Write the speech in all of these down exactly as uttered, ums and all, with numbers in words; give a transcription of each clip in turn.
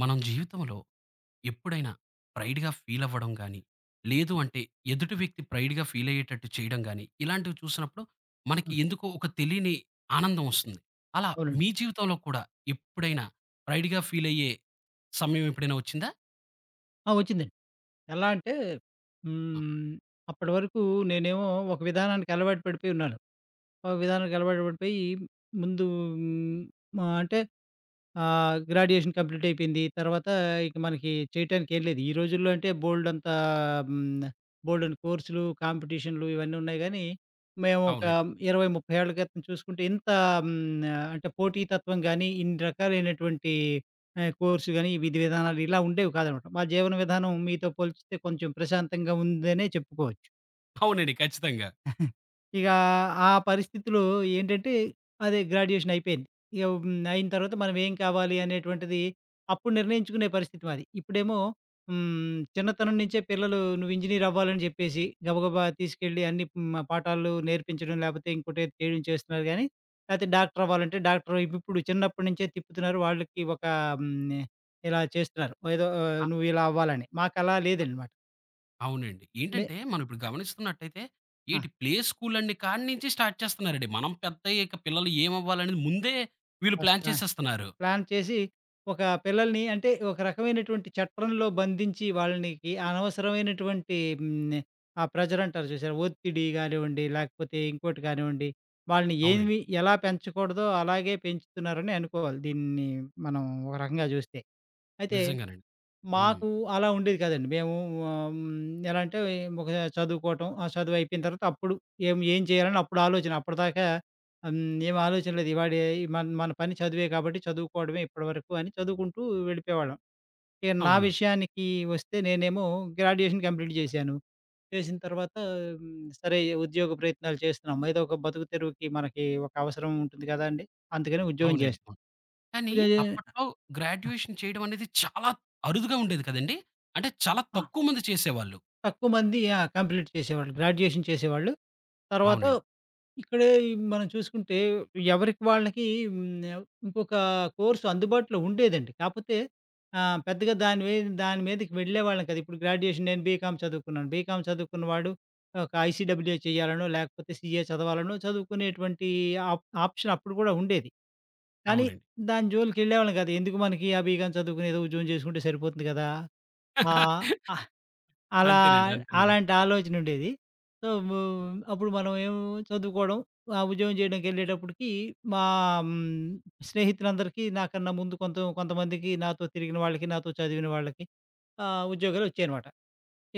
మనం జీవితంలో ఎప్పుడైనా ప్రైడ్‌గా ఫీల్ అవ్వడం గాని, లేదు అంటే ఎదుటి వ్యక్తి ప్రైడ్‌గా ఫీల్ అయ్యేటట్టు చేయడం గాని, ఇలాంటివి చూసినప్పుడు మనకి ఆ! ఎందుకో ఒక తెలియని ఆనందం వస్తుంది. అలా అవునండి. మీ జీవితంలో కూడా ఎప్పుడైనా ప్రైడ్‌గా ఫీల్ అయ్యే సమయం ఎప్పుడైనా వచ్చిందా? ఆ! వచ్చిందండి. ఎలా అంటే ఆ! హ్మ్, అప్పటి వరకు నేనేమో ఒక విధానానికి అలవాటు పడిపోయి ఉన్నాను. ఒక విధానానికి అలవాటు పడిపోయి ముందు హ్మ్, ఆహ్, అంటే ఆహ్, గ్రాడ్యుయేషన్ కంప్లీట్ అయిపోయింది. తర్వాత ఇక మనకి చేయటానికి ఏం లేదు. ఈ రోజుల్లో అంటే బోలెడంత హ్మ్. బోలెడన్ని కోర్సులు, కాంపిటీషన్‌లు ఇవన్నీ ఉన్నాయి గానీ, మేము ఒక అవునండి. ఇరవై, ముప్పై ఏళ్ల క్రితం చూసుకుంటే ఇంత హ్మ్. అంటే పోటీతత్వం గానీ, ఇన్ని రకాలైనటువంటి ఆహ్, కోర్సు గాని, విధి విధానాలు ఇలా ఉండేవి కాదనమాట. మా జీవన విధానం మీతో పోల్చితే కొంచెం ప్రశాంతంగా ఉందనే చెప్పుకోవచ్చు. అవునండి, ఖచ్చితంగా. ఇక ఆ పరిస్థితిలో ఏంటంటే, అదే గ్రాడ్యుయేషన్ అయిపోయింది. ఇక హ్మ్. అయిన తర్వాత మనం ఏం కావాలి అనేటువంటిది అప్పుడు నిర్ణయించుకునే పరిస్థితి మాది. ఇప్పుడేమో హ్మ్. చిన్నతనం నుంచే పిల్లలు నువ్వు ఇంజినీర్ అవ్వాలని చెప్పేసి గబగబా తీసుకెళ్ళి అన్ని హ్మ్. పాఠాలు నేర్పించడం, లేకపోతే ఇంకోటేదో చేయడం చేస్తున్నారు గానీ, లేతే డాక్టర్ అవ్వాలంటే డాక్టర్ ఇప్పుడు చిన్నప్పటి నుంచే తిప్పుతున్నారు. వాళ్ళకి ఒక హ్మ్. ఇలా చేస్తున్నారు. ఏదో ఆ, ఆ! నువ్వు ఇలా అవ్వాలని. మాకలా లేదనమాట. అవునండి. మే ఏంటంటే, మనం ఇప్పుడు గమనిస్తున్నట్టయితే ఆ! ఏటి ప్లే స్కూల్ అని కాడ్నుంచి స్టార్ట్ చేస్తున్నారండి. మనం పెద్దయ్యాక పిల్లలు ఏమవ్వాలనేది ముందే వీళ్ళు ప్లాన్ కష్టం. చేసేస్తున్నారు. ప్లాన్ చేసి ఒక పిల్లల్ని అంటే ఒక రకమైనటువంటి చట్రంలో బంధించి వాళ్ళనికి అనవసరమైనటువంటి హ్మ్, ఆ ప్రెజర్ అంటారు చూసారా? ఒత్తిడి కానివ్వండి, లేకపోతే ఇంకోటి కానివ్వండి, వాళ్ళని అవునండి. ఏమి ఎలా పెంచకూడదో అలాగే పెంచుతున్నారని అనుకోవాలి. దీన్ని మనం ఒక రకంగా చూస్తే. అయితే నిజంగానండి. హ్మ్. మాకు అలా ఉండేది కాదండి. మేము ఆహ్, హ్మ్, ఎలా అంటే ఒక చదువుకోవటం, ఆ చదువు అయిపోయిన తర్వాత అప్పుడు ఏం ఏం చేయాలని అప్పుడు ఆలోచన. అప్పటిదాకా హ్మ్, ఏం ఆలోచన లేదు. ఇవాడ మన మన పని చదువే కాబట్టి చదువుకోవడమే ఇప్పటివరకు అని చదువుకుంటూ వెళ్ళిపోయేవాళ్ళం. ఇక నా అవును. విషయానికి వస్తే నేనేమో గ్రాడ్యుయేషన్ కంప్లీట్ చేశాను. చేసిన తర్వాత హ్మ్, సరే ఉద్యోగ ప్రయత్నాలు చేస్తున్నాం. ఏదో ఒక బతుకు తెరువుకి మనకి ఒక అవసరం ఉంటుంది కదండీ! అందుకని ఉద్యోగం అవునండి. చేస్ అవును. కానీ అప్పట్లో గ్రాడ్యుయేషన్ చేయడం అనేది చాలా అరుదుగా ఉండేది కదండీ! అంటే చాలా తక్కువ మంది చేసేవాళ్ళు. తక్కువ మంది ఆ! కంప్లీట్ చేసేవాళ్ళు. గ్రాడ్యుయేషన్ చేసేవాళ్ళు. తర్వాత అవునండి. ఇక్కడే మనం చూసుకుంటే ఎవరికి వాళ్ళకి హ్మ్. ఇంకొక కోర్స్ అందుబాటులో ఉండేదండి. కాపోతే ఆహ్, పెద్దగా దాని వే దాని మీదకి వెళ్ళేవాళ్ళం కాదు. ఇప్పుడు గ్రాడ్యుయేషన్ నేను బీకామ్ చదువుకున్నాను. బీకామ్ చదువుకున్నవాడు ఒక ఐసీడబ్ల్యూ చేయాలనో, లేకపోతే సీఏ చదవాలనో చదువుకునేటువంటి ఆప్ ఆప్షన్ అప్పుడు కూడా ఉండేది. కానీ అవునండి. దాని జోలికెళ్ళేవాళ్ళం కాదు. ఎందుకు మనకి ఆ బీకామ్ చదువుకుని ఏదో ఉద్యోగం చేసుకుంటే సరిపోతుంది కదా! ఆహ్, ఆ అలా అంతేనండి, అంతేనండి. అలాంటి ఆలోచనుండేది. సో, ము అప్పుడు మనం ఏం చదువుకోవడం, ఆ ఉద్యోగం చేయడానికెళ్ళేటప్పటికి మా హ్మ్, స్నేహితులందరికీ నాకన్నా ముందు కొంత కొంతమందికి నాతో తిరిగిన వాళ్ళకి, నాతో చదివిన వాళ్ళకి ఆహ్, ఉద్యోగాలొచ్చాయనమాట.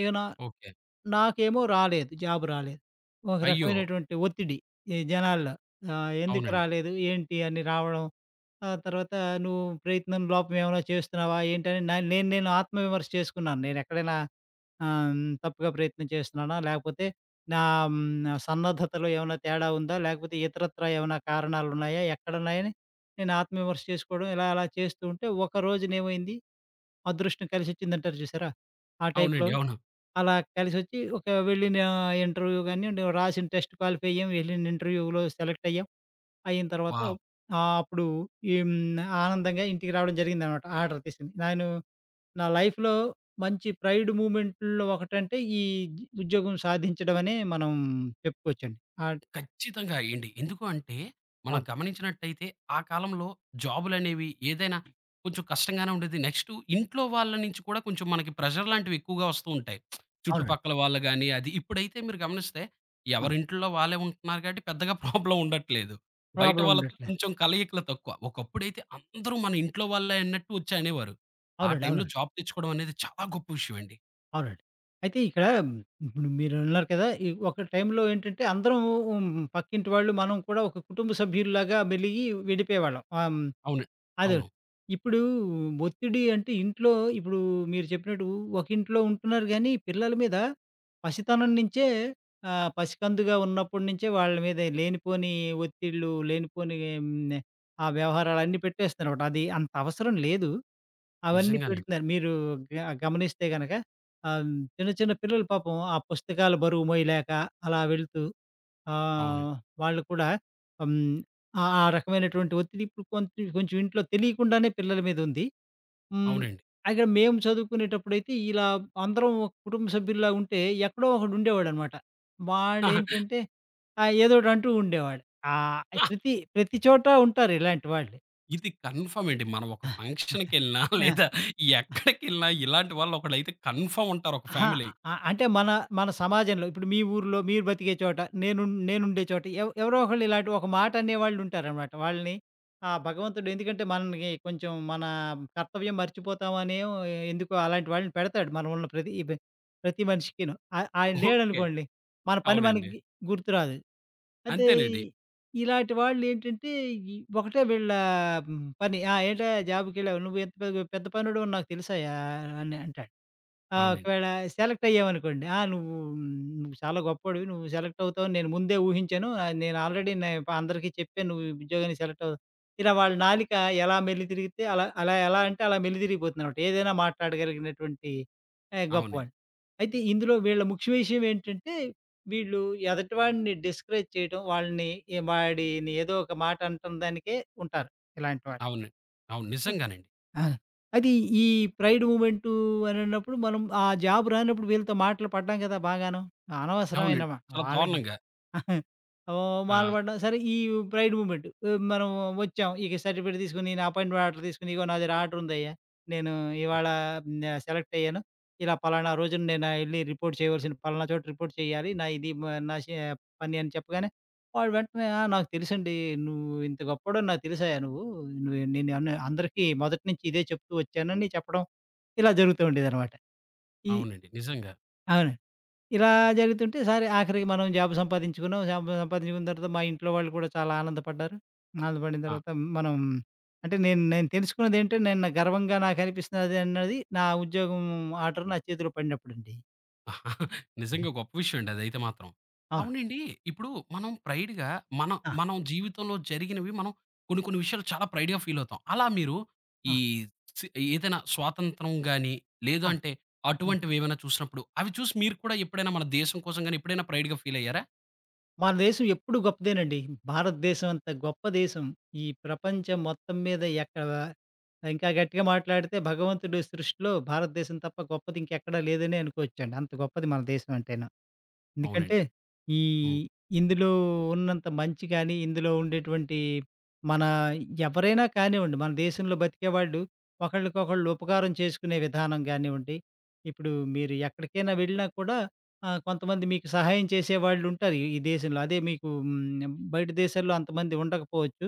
ఇక నా ఓకే. నాకేమో రాలేదు. జాబ్ రాలేదు. ఒక అయ్యో! రకమైనటువంటి ఒత్తిడి ఈ జనాల్లో. ఆహ్, ఎందుకు అవునండి. రాలేదు? ఏంటి? అని రావడం. ఆ తర్వాత నువ్వు ప్రయత్నం లోపమేమైనా చేస్తున్నావా? ఏంటని నా నేను నేను ఆత్మవిమర్శ చేసుకున్నాను. నేనెక్కడైనా ఆహ్, హ్మ్. తప్పుగా ప్రయత్నం చేస్తున్నానా? లేకపోతే నా హ్మ్. సన్నద్ధతలో ఏమైనా తేడా ఉందా? లేకపోతే ఇతరత్రా ఏమైనా కారణాలున్నాయా? ఎక్కడున్నాయని నేను ఆత్మవిమర్శ చేసుకోవడం ఇలా అలా చేస్తూ ఉంటే, ఒక రోజునేమైంది అదృష్టం కలిసొచ్చిందంటారు చూసారా? ఆ టైప్‌లో అవునండి. అవును. అలా కలిసొచ్చి ఒక వెళ్ళిన ఇంటర్వ్యూ గానియండి, రాసిన టెస్ట్ క్వాలిఫై అయ్యాం. వెళ్ళిన ఇంటర్వ్యూలో సెలెక్ట్ అయ్యాం. అయిన తర్వాత వావ్! ఆహ్, అప్పుడు ఈ హ్మ్. ఆనందంగా ఇంటికి రావడం జరిగిందనమాట. ఆర్డర్ తీసుకొని. నేను నా లైఫ్‌లో మంచి ప్రైడ్ మూమెంట్‌లో ఒకటంటే ఈ ఉద్యోగం సాధించడం అనే మనం చెప్పుకోవచ్చండి. ఆహ్, ఖచ్చితంగా ఎయండి. ఎందుకు అంటే, మనం అవును. గమనించినట్టయితే ఆ కాలంలో జాబులనేవి ఏదైనా కొంచెం కష్టంగానే ఉండేది. నెక్స్టు ఇంట్లో వాళ్ళ నుంచి కూడా కొంచెం మనకి ప్రెషర్ లాంటివి ఎక్కువగా వస్తూ ఉంటాయి. అవునండి. చుట్టుపక్కల వాళ్ళు గాని అది. ఇప్పుడైతే మీరు గమనిస్తే ఆ! ఎవరింట్లో వాళ్ళే ఉంటున్నారు కాబట్టి పెద్దగా ప్రాబ్లమ్ ఉండట్లేదు. బయట ప్రాబ్లమ్ వాళ్ళతో ఉండట్లేదు. కొంచెం కలయికలు తక్కువ. ఒకప్పుడైతే అందరూ మన ఇంట్లో వాళ్ళే అన్నట్టు వచ్చి అనేవారు. ఆ అవునండి. టైంలో అవునండి. జాబ్ తెచ్చుకోవడం అనేది చాలా గొప్ప విషయం అండి. అవునండి. అయితే ఇక్కడ ఇప్పుడు మీరున్నారు కదా! ఈ ఒక టైంలో ఏంటంటే అందరం ఉమ్, పక్కింటి వాళ్ళు, మనం కూడా ఒక కుటుంబ సభ్యుల్లాగా మెలిగి వెళ్ళిపోయేవాళ్ళం. ఆహ్ అవును, అవును, అదోకటి. ఇప్పుడు ఒత్తిడి అంటే ఇంట్లో ఇప్పుడు మీరు చెప్పినట్టు ఒక ఇంట్లో ఉంటున్నారు గానీ, పిల్లల మీద పసితనం నుంచే ఆహ్, పసికందుగా ఉన్నప్పటి నుంచే వాళ్ళ మీద లేనిపోని ఒత్తిళ్ళు, లేనిపోని హ్మ్, ఆ వ్యవహారాలన్నీ పెట్టేస్తున్నారన్నమాట. అది అంత అవసరం లేదు. అవన్నీ నిజంగానే. పెడుతున్నారు. మీరు గ గమనిస్తే గనక ఆహ్, చిన్న చిన్న పిల్లలు పాపం ఆ పుస్తకాల బరువు మోయలేక అలా వెళ్తూ అవును. ఆహ్, వాళ్ళు కూడా హ్మ్. ఆ ఆ రకమైనటువంటి ఒత్తిడి ఇప్పుడు కొంచెం కొంచెం ఇంట్లో తెలియకుండానే పిల్లల మీద ఉంది. హ్మ్. అవునండి. అయితే మేము చదువుకునేటప్పుడైతే ఇలా అందరం ఒక కుటుంబ సభ్యుల్లా ఉంటే ఎక్కడో ఒకడు ఉండేవాడనమాట. వాడేంటంటే ఆహ్, ఏదోటి అంటూ ఉండేవాడు. ఆహ్, ప్రతి ప్రతి చోట ఉంటారు ఇలాంటి వాళ్ళు. ఇది కన్ఫర్మ్ అండి. మనం ఒక ఫంక్షన్‌కెళ్ళినా ఆ! లేదా ఎక్కడికెళ్ళినా ఇలాంటి వాళ్ళు ఒకళ్ళైతే కన్ఫర్మ్ ఉంటారు ఒక అహా! ఫ్యామిలీ. అ అంటే మన మన సమాజంలో ఇప్పుడు మీ ఊర్లో మీరు బతికే చోట, నేను నేనుండే చోట ఎవ ఎవరో ఒకళ్ళు ఇలాంటి ఒక మాట అనేవాళ్ళు ఉంటారనమాట. వాళ్ళని ఆ భగవంతుడు ఎందుకంటే మనకి కొంచెం మన కర్తవ్యం మర్చిపోతామనేమో ఎందుకో అలాంటి వాళ్ళని పెడతాడు. మనం ఉన్న ప్రతి బె ప్రతి మనిషికిను. ఆ ఆయన ఓకే. లేడనుకోండి మన పని అవునండి. మనకి గుర్తురాదు. అయితే అంతేనండి. ఇలాంటి వాళ్ళేంటంటే ఈ ఒకటే వీళ్ళ పని. "ఆ! ఏంటయ్యా జాబ్‌కెళ్ళావు నువ్వు ఎంత పెద్ద పెద్ద పనోడివని నాకు తెలుసయ్యా" అని అంటాడు. ఆ! అవునండి. ఒకవేళ సెలెక్ట్ అయ్యామనుకోండి. ఆ! నువ్వు నువ్వు చాలా గొప్పోడివి. నువ్వు సెలెక్ట్ అవుతావని నేను ముందే ఊహించాను. ఆహ్, నేను ఆల్రెడీ నే అందరికీ చెప్పాను. నువ్వు ఈ ఉద్యోగానికి సెలెక్ట్ అవుతావు. ఇలా వాళ్ళ నాలిక ఎలా మెల్లి తిరిగితే అలా అలా ఎలా అంటే అలా మెలితిరిగిపోతుందన్నమాట. ఏదైనా మాట్లాడగలిగినటువంటి ఆహ్, అవునండి. గొప్పవాళ్ళు. అయితే ఇందులో వీళ్ళ ముఖ్య విషయం ఏంటంటే వీళ్ళు ఎదటివాడిని డిస్కరేజ్ చేయడం, వాళ్ళని ఏ- వాడిని ఏదో ఒక మాట అనటం దానికే ఉంటారు ఇలాంటి వాళ్ళు. అవును. అవును, నిజంగానండి. ఆ! అది ఈ ప్రైడ్ మూవ్‌మెంటు అనన్నప్పుడు మనం ఆ జాబ్ రానప్పుడు వీళ్ళతో మాటలు పడ్డాం కదా! బాగాను. అనవసరమైన అవునండి, మా చాలా వాళ్ళకి దారుణంగా. ఓహ్! మాల ఆ! పడ్డం. సరే ఈ ప్రైడ్ మూమెంట్ మనం వచ్చాం. ఇక సర్టిఫికేట్ తీసుకొని నా అపాయింట్‌మెంట్ ఆర్డర్ తీసుకొని, ఇగో నాది ఆర్డర్ ఉందయ్యా. నేను అ ఇవాళ హ్మ్, సెలెక్ట్ అయ్యాను. ఇలా పలానా రోజున నేను ఎళ్లి రిపోర్ట్ చేయవలసిన పలానా చోట రిపోర్ట్ చేయాలి. నా ఇది మ- నా షే పని అని చెప్పగానే వాడు వెంటనే "ఆ! నాకు తెలుసండి. నువ్వు ఇంత గొప్పోడని నాకు తెలుసయ్యా నువ్వు. నువ్వు నేను అన్ అందరికీ మొదటి నుంచి ఇదే చెప్తూ వచ్చాను" అని చెప్పడం ఇలా జరుగుతూ ఉండేదనమాట. ఈ అవునండి, నిజంగా. అవును. ఇలా జరుగుతుంటే సరే ఆఖరికి మనం జాబ్ సంపాదించుకున్నాం. జాబ్ సంపాదించుకున్న తర్వాత మా ఇంట్లో వాళ్ళు కూడా చాలా ఆనందపడ్డారు. ఆనందపడిన ఆ! తర్వాత మనం అంటే నేను నేను తెలుసుకున్నదేంటే నేను నా గర్వంగా నాకనిపిస్తున్నది అన్నది నా ఉద్యోగం ఆర్డర్ నా చేతిలో పడినప్పుడండి. హ్మ్. నిజంగా గొప్ప విషయం అండి అదైతే మాత్రం. అవును. అవునండి. ఇప్పుడు మనం ప్రైడ్‌గా మనం, ఆ! మనం జీవితంలో జరిగినవి మనం కొన్ని, కొన్ని విషయాలు చాలా ప్రైడ్‌గా ఫీల్ అవుతాం. అలా మీరు ఆ! ఈ సి ఏదైనా స్వాతంత్రం గాని, లేదు ఆ! ఆ! అంటే హ్మ్. అటువంటివి ఏమైనా చూసినప్పుడు, అవి చూసి మీరు కూడా ఎప్పుడైనా మన దేశం కోసం గాని, ఎప్పుడైనా ప్రైడ్‌గా ఫీల్ అయ్యారా? మన దేశం ఎప్పుడు గొప్పదేనండి. భారతదేశం అంత గొప్ప దేశం. ఈ ప్రపంచం మొత్తం మీద ఎక్కడ ఇంకా గట్టిగా మాట్లాడితే భగవంతుడి సృష్టిలో భారతదేశం తప్ప గొప్పది ఇంకెక్కడా లేదనే అనుకోవచ్చండి. అంత గొప్పది మన దేశం అంటేను. అవునండి. ఎందుకంటే, ఈ హ్మ్. ఇందులో ఉన్నంత మంచి గాని, ఇందులో ఉండేటువంటి మన ఎవరైనా కానివ్వండి, మన దేశంలో బతికేవాళ్ళు ఒకళ్ళకొకళ్ళు ఉపకారం చేసుకునే విధానం గానివ్వండి, ఇప్పుడు మీరు ఎక్కడికైనా వెళ్ళినా కూడా ఆహ్, కొంతమంది మీకు సహాయం చేసేవాళ్ళుంటారు ఈ ఈ దేశంలో. అదే మీకు హ్మ్, బయట దేశాల్లో అంతమంది ఉండకపోవచ్చు.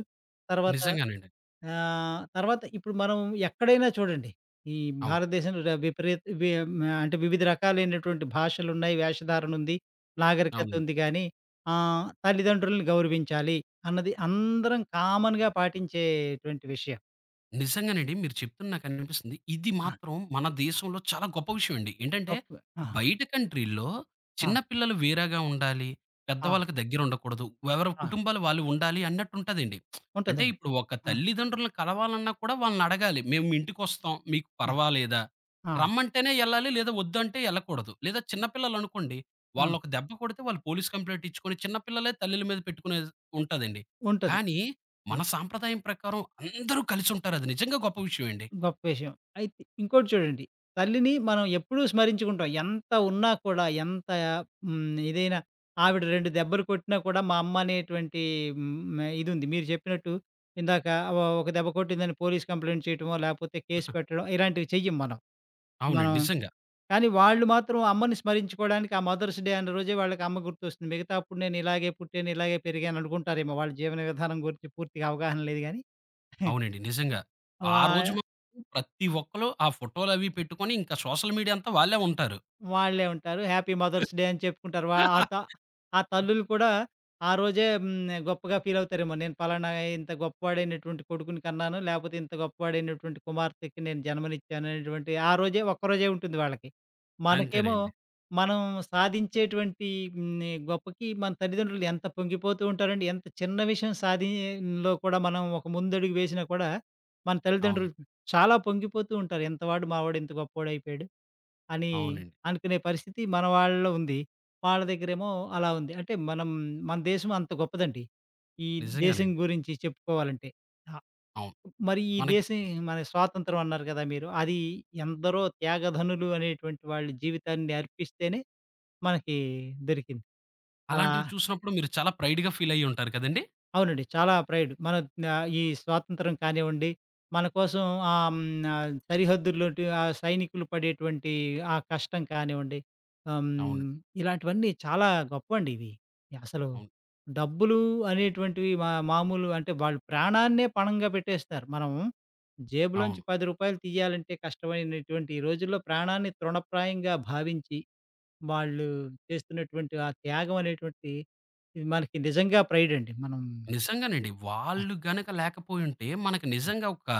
తర్వాత నిజంగానండి. ఆహ్, తర్వాత ఇప్పుడు మనం ఎక్కడైనా చూడండి, ఈ అవును. భారతదేశంలో ర విపరీత వి మ అంటే వివిధ రకాలైనటువంటి భాషలున్నాయి, వేషధారణ ఉంది. నాగరికత అవును, ఉంది గానీ, ఆహ్, తల్లిదండ్రుల్ని గౌరవించాలి అన్నది అందరం కామన్‌గా పాటించేటువంటి విషయం. నిజంగానండి. మీరు చెప్తుంది నాకనిపిస్తుంది. ఇది ఆ! మాత్రం మన దేశంలో చాలా గొప్ప విషయం అండి. ఏంటంటే, తప్పు ఆ! బయట కంట్రీల్లో ఆ! చిన్న పిల్లలు వేరేగా ఉండాలి. ఆ! పెద్దవాళ్ళకి దగ్గరుండకూడదు. ఎవరి ఆ! కుటుంబాలు వాళ్ళు ఉండాలి అన్నట్టుంటదండి. అంటే ఉంటదండి. ఇప్పుడు ఒక ఆ! తల్లిదండ్రులను కలవాలన్నా కూడా వాళ్ళనడగాలి. "మేము మీ ఇంటికొస్తాం. మీకు ఆ! పర్వాలేదా?" ఆ! రమ్మంటేనే యెళ్ళాలి. లేదా వద్దంటే యెళ్ళకూడదు. లేదా చిన్న పిల్లలనుకోండి. ఆ! వాళ్ళనొక దెబ్బ కొడితే వాళ్ళు పోలీస్ కంప్లెయింట్ ఇచ్చుకొని చిన్న పిల్లలే తల్లుల మీద పెట్టుకునేది ఉంటదండి. ఉంటది. కానీ ఆ! మన సాంప్రదాయం ప్రకారం అందరూ కలిసుంటారు. అది నిజంగా గొప్ప విషయం అండి. గొప్ప విషయం. అయితే ఇంకోటి చూడండి, తల్లిని మనం ఎప్పుడూ స్మరించుకుంటాం. ఎంత ఉన్నా కూడా ఎంత హ్మ్, ఇదైనా ఆవిడ రెండు దెబ్బలు కొట్టినా కూడా మా అమ్మ అనేటువంటి హ్మ్, ఇదుంది. మీరు చెప్పినట్టు ఇందాక ఓ ఒక దెబ్బ కొట్టిందని పోలీస్ కంప్లెయింట్ చేయటమో, లేపోతే కేస్ పెట్టడం ఇలాంటివి చెయ్యం మనం. అవునండి, మనం నిజంగా. కానీ వాళ్ళు మాత్రం అమ్మని స్మరించుకోవడానికి ఆ మదర్స్ డే అన్న రోజే వాళ్ళకి అమ్మ గుర్తొస్తుంది. మిగతా అప్పుడు నేను ఇలాగే పుట్టాను, ఇలాగే పెరిగాను అనుకుంటారేమో. వాళ్ళ జీవన విధానం గురించి పూర్తిగా అవగాహన లేదు గానీ. అవునండి, నిజంగా. ఆ వా రోజు మాత్రం ప్రతి ఒక్కళ్ళు ఆ ఫోటోలవి పెట్టుకొని ఇంకా సోషల్ మీడియా అంతా వాళ్ళే ఉంటారు. వాళ్ళే ఉంటారు. హ్యాపీ మదర్స్ డే అని చెప్పుకుంటారు. వా ఆ త ఆ తల్లులు కూడా ఆ రోజే హ్మ్. గొప్పగా ఫీల్ అవుతారేమో. నేను పలానా ఇంత గొప్పవాడైనటువంటి కొడుకుని కన్నాను. లేకపోతే ఇంత గొప్పవాడైనటువంటి కుమార్తెకి నేను జన్మనిచ్చాను అనేటువంటి ఆ రోజే ఒక్కరోజే ఉంటుంది వాళ్ళకి. మనకేమో అంతేనండి. మనం సాధించేటువంటి హ్మ్. గొప్పకి మన తల్లిదండ్రులు ఎంత పొంగిపోతూ ఉంటారండి. ఎంత చిన్న విషయం సాధిలో కూడా మనం ఒక ముందడుగు వేసినా కూడా మన అవును. తల్లిదండ్రులు చాలా పొంగిపోతూ ఉంటారు. ఎంతవాడు మావాడు ఇంత గొప్పోడైపోయాడు. అని అవునండి. అనుకునే పరిస్థితి మన వాళ్ళలో ఉంది. వాళ్ళ దగ్గరేమో అలా ఉంది. అంటే మనం మన దేశం అంత గొప్పదండి. ఈ దేశం నిజంగానండి. గురించి చెప్పుకోవాలంటే. ఆహ్, అవును. మరి ఈ మనకి దేశం మన స్వాతంత్రం అన్నారు కదా మీరు. అది ఎందరో త్యాగధనులు అనేటువంటి వాళ్ళ జీవితాన్ని అర్పిస్తేనే మనకి దొరికింది. అలా అలాంటివి చూసినప్పుడు మీరు చాలా ప్రైడ్‌గా ఫీల్ అయ్యి ఉంటారు కదండీ! అవునండి. చాలా ప్రైడ్. మన ఆహ్, ఈ స్వాతంత్రం కానివ్వండి, మన కోసం ఆహ్, హ్మ్, ఆహ్, సరిహద్దుల్లోటి ఆ సైనికులు పడేటువంటి ఆ కష్టం కానివ్వండి, ఆహ్, అవును. హ్మ్, ఇలాంటివన్నీ చాలా గొప్పవండి ఇవి. అసలు అవును. డబ్బులు అనేటువంటివి మా మామూలు అంటే వాళ్ళు ప్రాణాన్నే పణంగా పెట్టేస్తారు. మనం జేబులోంచి అవును, రూ. పది తీయాలంటే కష్టమైనటువంటి ఈ రోజుల్లో ప్రాణాన్ని తృణప్రాయంగా భావించి వాళ్ళు చేస్తున్నటువంటి ఆ త్యాగం అనేటువంటిది ఇది మనకి నిజంగా ప్రైడండి. మనం నిజంగానండి. ఆ! వాళ్ళు గనక లేకపోయుంటే, మనకు ఆ! నిజంగా ఒక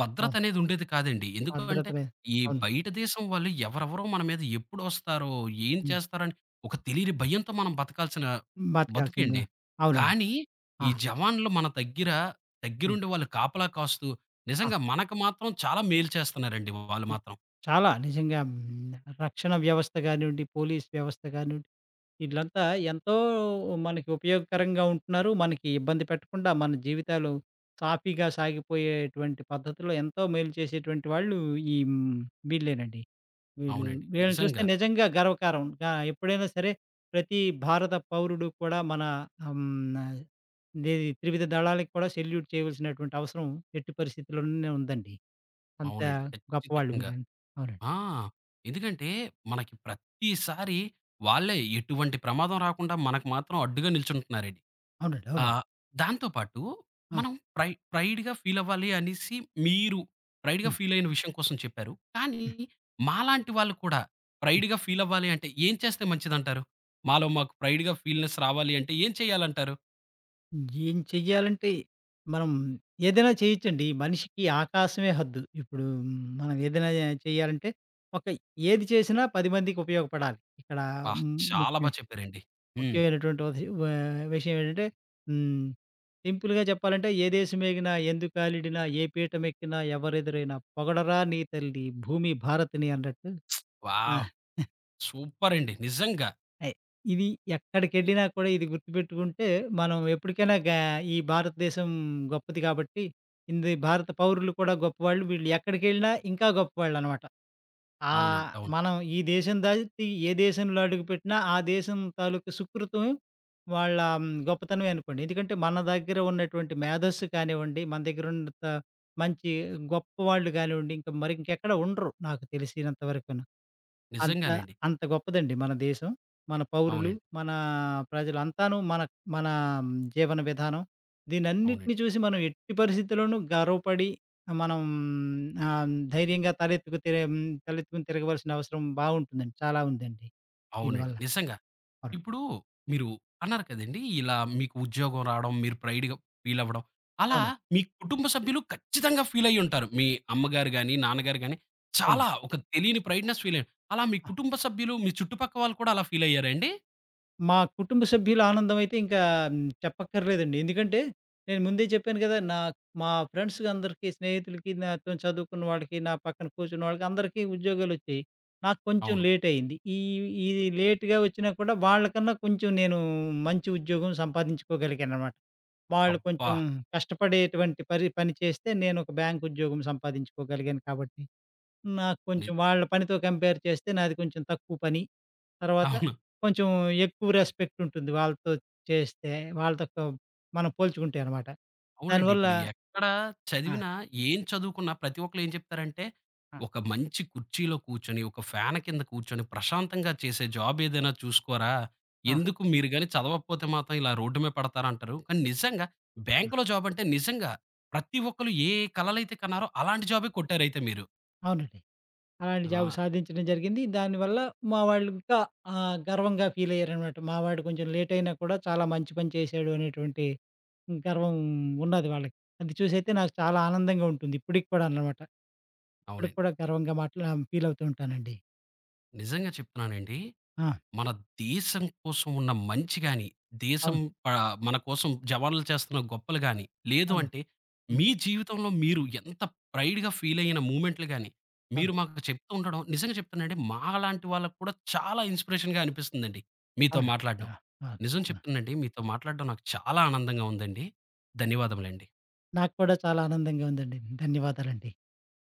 భద్రత అవును. అనేది ఉండేది కాదండి. ఎందుకు అంటే, భద్రతనే. ఈ అవును. బయట దేశం వాళ్ళు ఎవరెవరో మన మీద ఎప్పుడొస్తారో, ఏం హ్మ్. చేస్తారని ఒక తెలియని భయంతో మనం బతకాల్సిన బతకాల్సిందే. బతుకండి. అవునండి. కానీ, ఈ ఆ! జవాన్లు మన దగ్గర, హ్మ్. దగ్గరుండి వాళ్ళు కాపలా కాస్తూ, ఆ! నిజంగా మనకు మాత్రం చాలా మేలు చేస్తున్నారండి వాళ్ళు హ్మ్. మాత్రం. చాలా నిజంగా హ్మ్. రక్షణ వ్యవస్థ గానివ్వండి, పోలీస్ వ్యవస్థ గానివ్వండి, ఈళ్ళంతా ఎంతో మనకి ఉపయోగకరంగా ఉంటున్నారు. మనకి ఇబ్బంది పెట్టకుండా మన జీవితాలు సాఫీగా సాగిపోయేటువంటి పద్ధతిలో ఎంతో మేలు చేసేటువంటి వాళ్ళు ఈ హ్మ్, వీళ్ళేనండి. వీళ్ళు అవునండి, వీళ్ళని చూస్తే నిజంగా. నిజంగా గర్వకారం. గా ఎప్పుడైనా సరే ప్రతి భారత పౌరుడు కూడా మన ఆహ్, హ్మ్, దేది త్రివిధ దళాలకు కూడా సెల్యూట్ చేయవలసినటువంటి అవసరం ఎట్టి పరిస్థితుల్లోనే ఉందండి. అంత అవునండి, గొప్పవాళ్ళు ఖచ్చితంగా. వీళ్ళని. అవునండి. ఆ! ఎందుకంటే మనకి ప్రతిసారి వాళ్ళే ఎటువంటి ప్రమాదం రాకుండా మనకు మాత్రం అడ్డుగా నిల్చుంటున్నారండి. అవునండి. అవునండి. ఆహ్, దాంతో పాటు ఆ! మనం ప్రై ప్రైడ్‌గా ఫీల్ అవ్వాలి అనేసి మీరు ప్రైడ్‌గా హ్మ్. ఫీల్ అయిన విషయం కోసం చెప్పారు. కానీ హ్మ్. మాలాంటి వాళ్ళు కూడా హ్మ్. ప్రైడ్‌గా ఫీల్ అవ్వాలి అంటే ఏం చేస్తే మంచిదంటారు? మాలో మాకు ప్రైడ్‌గా ఫీల్‌నెస్ రావాలి అంటే ఏం చేయాలంటారు? ఏం చెయ్యాలంటే మనం ఏదైనా చేయొచ్చండి. మనిషికి ఆకాశమే హద్దు. ఇప్పుడు మనం ఏదైనా చేయాలంటే ఒక ఏది చేసినా పది మందికి ఉపయోగపడాలి. ఇక్కడ అబ్బా! ము చాలా బా ముఖ్యం. చెప్పారండి. హ్మ్. ముఖ్యమైనటువంటి ఉద వా విషయం ఏంటంటే హ్మ్. సింపుల్‌గా చెప్పాలంటే "ఏ దేశమేగినా ఎందుకాలిడినా ఏ పీటమెక్కినా ఎవరెదురైనా పొగడరా నీ తల్లి భూమి భారతిని" అన్నట్టు. ఆ! వావ్! సూపర్ అండి, నిజంగా. అయి ఇది ఎక్కడికెళ్ళినా కూడా ఇది గుర్తుపెట్టుకుంటే మనం ఎప్పటికైనా గా ఈ భారతదేశం గొప్పది కాబట్టి ఇంది భారత పౌరులు కూడా గొప్పవాళ్ళు. వీళ్ళు ఎక్కడికెళ్ళినా ఇంకా గొప్పవాళ్ళనమాట. అవునండి. ఆహ్, అవును, మనం ఈ దేశం దాటి ఏ దేశంలో అడుగుపెట్టినా ఆ దేశం తాలూకు సుకృతం వాళ్ళ హ్మ్, గొప్పతనమే అనుకోండి. ఎందుకంటే మన దగ్గర ఉన్నటువంటి మేధస్సు కానివ్వండి, మన దగ్గర ఉన్నంత మంచి గొప్పవాళ్ళు కానివ్వండి, ఇంకా మరి ఇంకెక్కడ ఉండరు నాకు తెలిసినంత వరకును. అంత నిజంగానండి. అంత గొప్పదండి మన దేశం. మన పౌరులు, అవునండి. మన ప్రజలంతాను మన మన జీవన విధానం దీనన్నిటిని అవునండి. చూసి మనం ఎట్టి పరిస్థితుల్లోనూ గర్వపడి మనం ఆహ్, ధైర్యంగా తలెత్తుకు తిర తలెత్తుకుని తిరగవలసిన అవసరం బావుంటుందండి. చాలా ఉందండి అవునండి, దీనివల్ల. నిజంగా. అవును. ఇప్పుడు మీరు అన్నారు కదండీ! ఇలా మీకు ఉద్యోగం రావడం, మీరు ప్రైడ్‌గా ఫీల్ అవ్వడం. అలా అవునండి. మీ కుటుంబ సభ్యులు ఖచ్చితంగా ఫీల్ అయ్యుంటారు. మీ అమ్మగారు గాని, నాన్నగారు గాని చాలా అవునండి. ఒక తెలియని ప్రైడ్‌నెస్ ఫీల్ అయ్యారు. అలా మీ కుటుంబ సభ్యులు, మీ చుట్టుపక్క వాళ్ళు కూడా అలా ఫీల్ అయ్యారా అండి? మా కుటుంబ సభ్యుల ఆనందమైతే ఇంకా హ్మ్, చెప్పక్కర్లేదండి. ఎందుకంటే, నేను ముందే చెప్పాను కదా! నా మా ఫ్రెండ్స్ అందరికీ, స్నేహితులకి, నాతో చదువుకున్న వాళ్ళకి, నా పక్కన కూర్చున్న వాళ్ళకి అందరికీ ఉద్యోగాలొచ్చాయి. నాకు కొంచెం అవును. లేటయింది. ఈ ఈ లేట్‌గా వచ్చినా కూడా వాళ్ళకన్నా కొంచెం నేను మంచి ఉద్యోగం సంపాదించుకోగలిగాననమాట. వాళ్ళు అబ్బా! కొంచెం కష్టపడేటువంటి పరి పని చేస్తే నేనొక బ్యాంకు ఉద్యోగం సంపాదించుకోగలిగాను కాబట్టి నాకు ని కొంచెం వాళ్ళ పనితో కంపేర్ చేస్తే నాది కొంచెం తక్కువ పని. తర్వాత అవును. కొంచెం ఎక్కువ రెస్పెక్ట్ ఉంటుంది వాళ్ళతో చేస్తే, వాళ్ళతో క మనం పోల్చుకుంటే అనమాట. అవునండి. దానివల్ల ఇప్పుడు ఎక్కడ ఆ! చదివినా, ఏం చదువుకున్నా ప్రతి ఒక్కళ్ళు ఏం చెప్తారంటే, ఆ! ఒక మంచి కుర్చీలో కూర్చొని, ఒక ఫ్యాన్ కింద కూర్చొని, ప్రశాంతంగా చేసే జాబ్ ఏదైనా చూసుకోరా! ఆ! ఎందుకు మీరు గాని చదవకపోతే మాత్రం ఇలా రోడ్డు మీద పడతారంటారు. కానీ నిజంగా ఆ! బ్యాంక్‌లో జాబ్ అంటే నిజంగా ప్రతి ఒక్కళ్ళు ఏ కలలైతే కన్నారో అలాంటి జాబే కొట్టారైతే మీరు. అవునండి. అలాంటి జాబ్ ఆ! సాధించడం జరిగింది. దానివల్ల మా వాళ్ళు ఇంకా ఆహ్, గర్వంగా ఫీల్ అయ్యారనమాట. మా వాడు కొంచెం లేట్ అయినా కూడా చాలా మంచి పని చేశాడు అనేటువంటి గర్వం ఉన్నది వాళ్ళకి. అది చూసైతే నాకు చాలా ఆనందంగా ఉంటుంది. ఇప్పటికి కూడా అన్నమాట. ఇప్పటికి అవునండి. కూడా గర్వంగా మాట్లా ఫీల్ అవుతూ ఉంటానండి. నిజంగా చెప్తున్నానండి ఆ! మన దేశం కోసం ఉన్న మంచి గాని, దేశం అవును. ప మన కోసం జవాన్లు చేస్తున్న గొప్పలు గాని, లేదు అవునండి. అంటే హ్మ్. మీ జీవితంలో మీరు ఎంత ప్రైడ్‌గా ఫీల్ అయిన మూమెంట్లు గాని, అవును. మీరు మాకు చెప్తూ ఉండడం నిజంగా చెప్తున్నానండి మాలాంటి వాళ్ళకి కూడా చాలా ఇన్స్‌పిరేషన్‌గా అనిపిస్తుందండి మీతో అవును. మాట్లాడడం. ఆ! ఆ! నిజం ఆ! చెప్తున్నానండి మీతో మాట్లాడడం నాకు చాలా ఆనందంగా ఉందండి. ధన్యవాదములండి. నాకు కూడా చాలా ఆనందంగా ఉందండి. ధన్యవాదాలండి.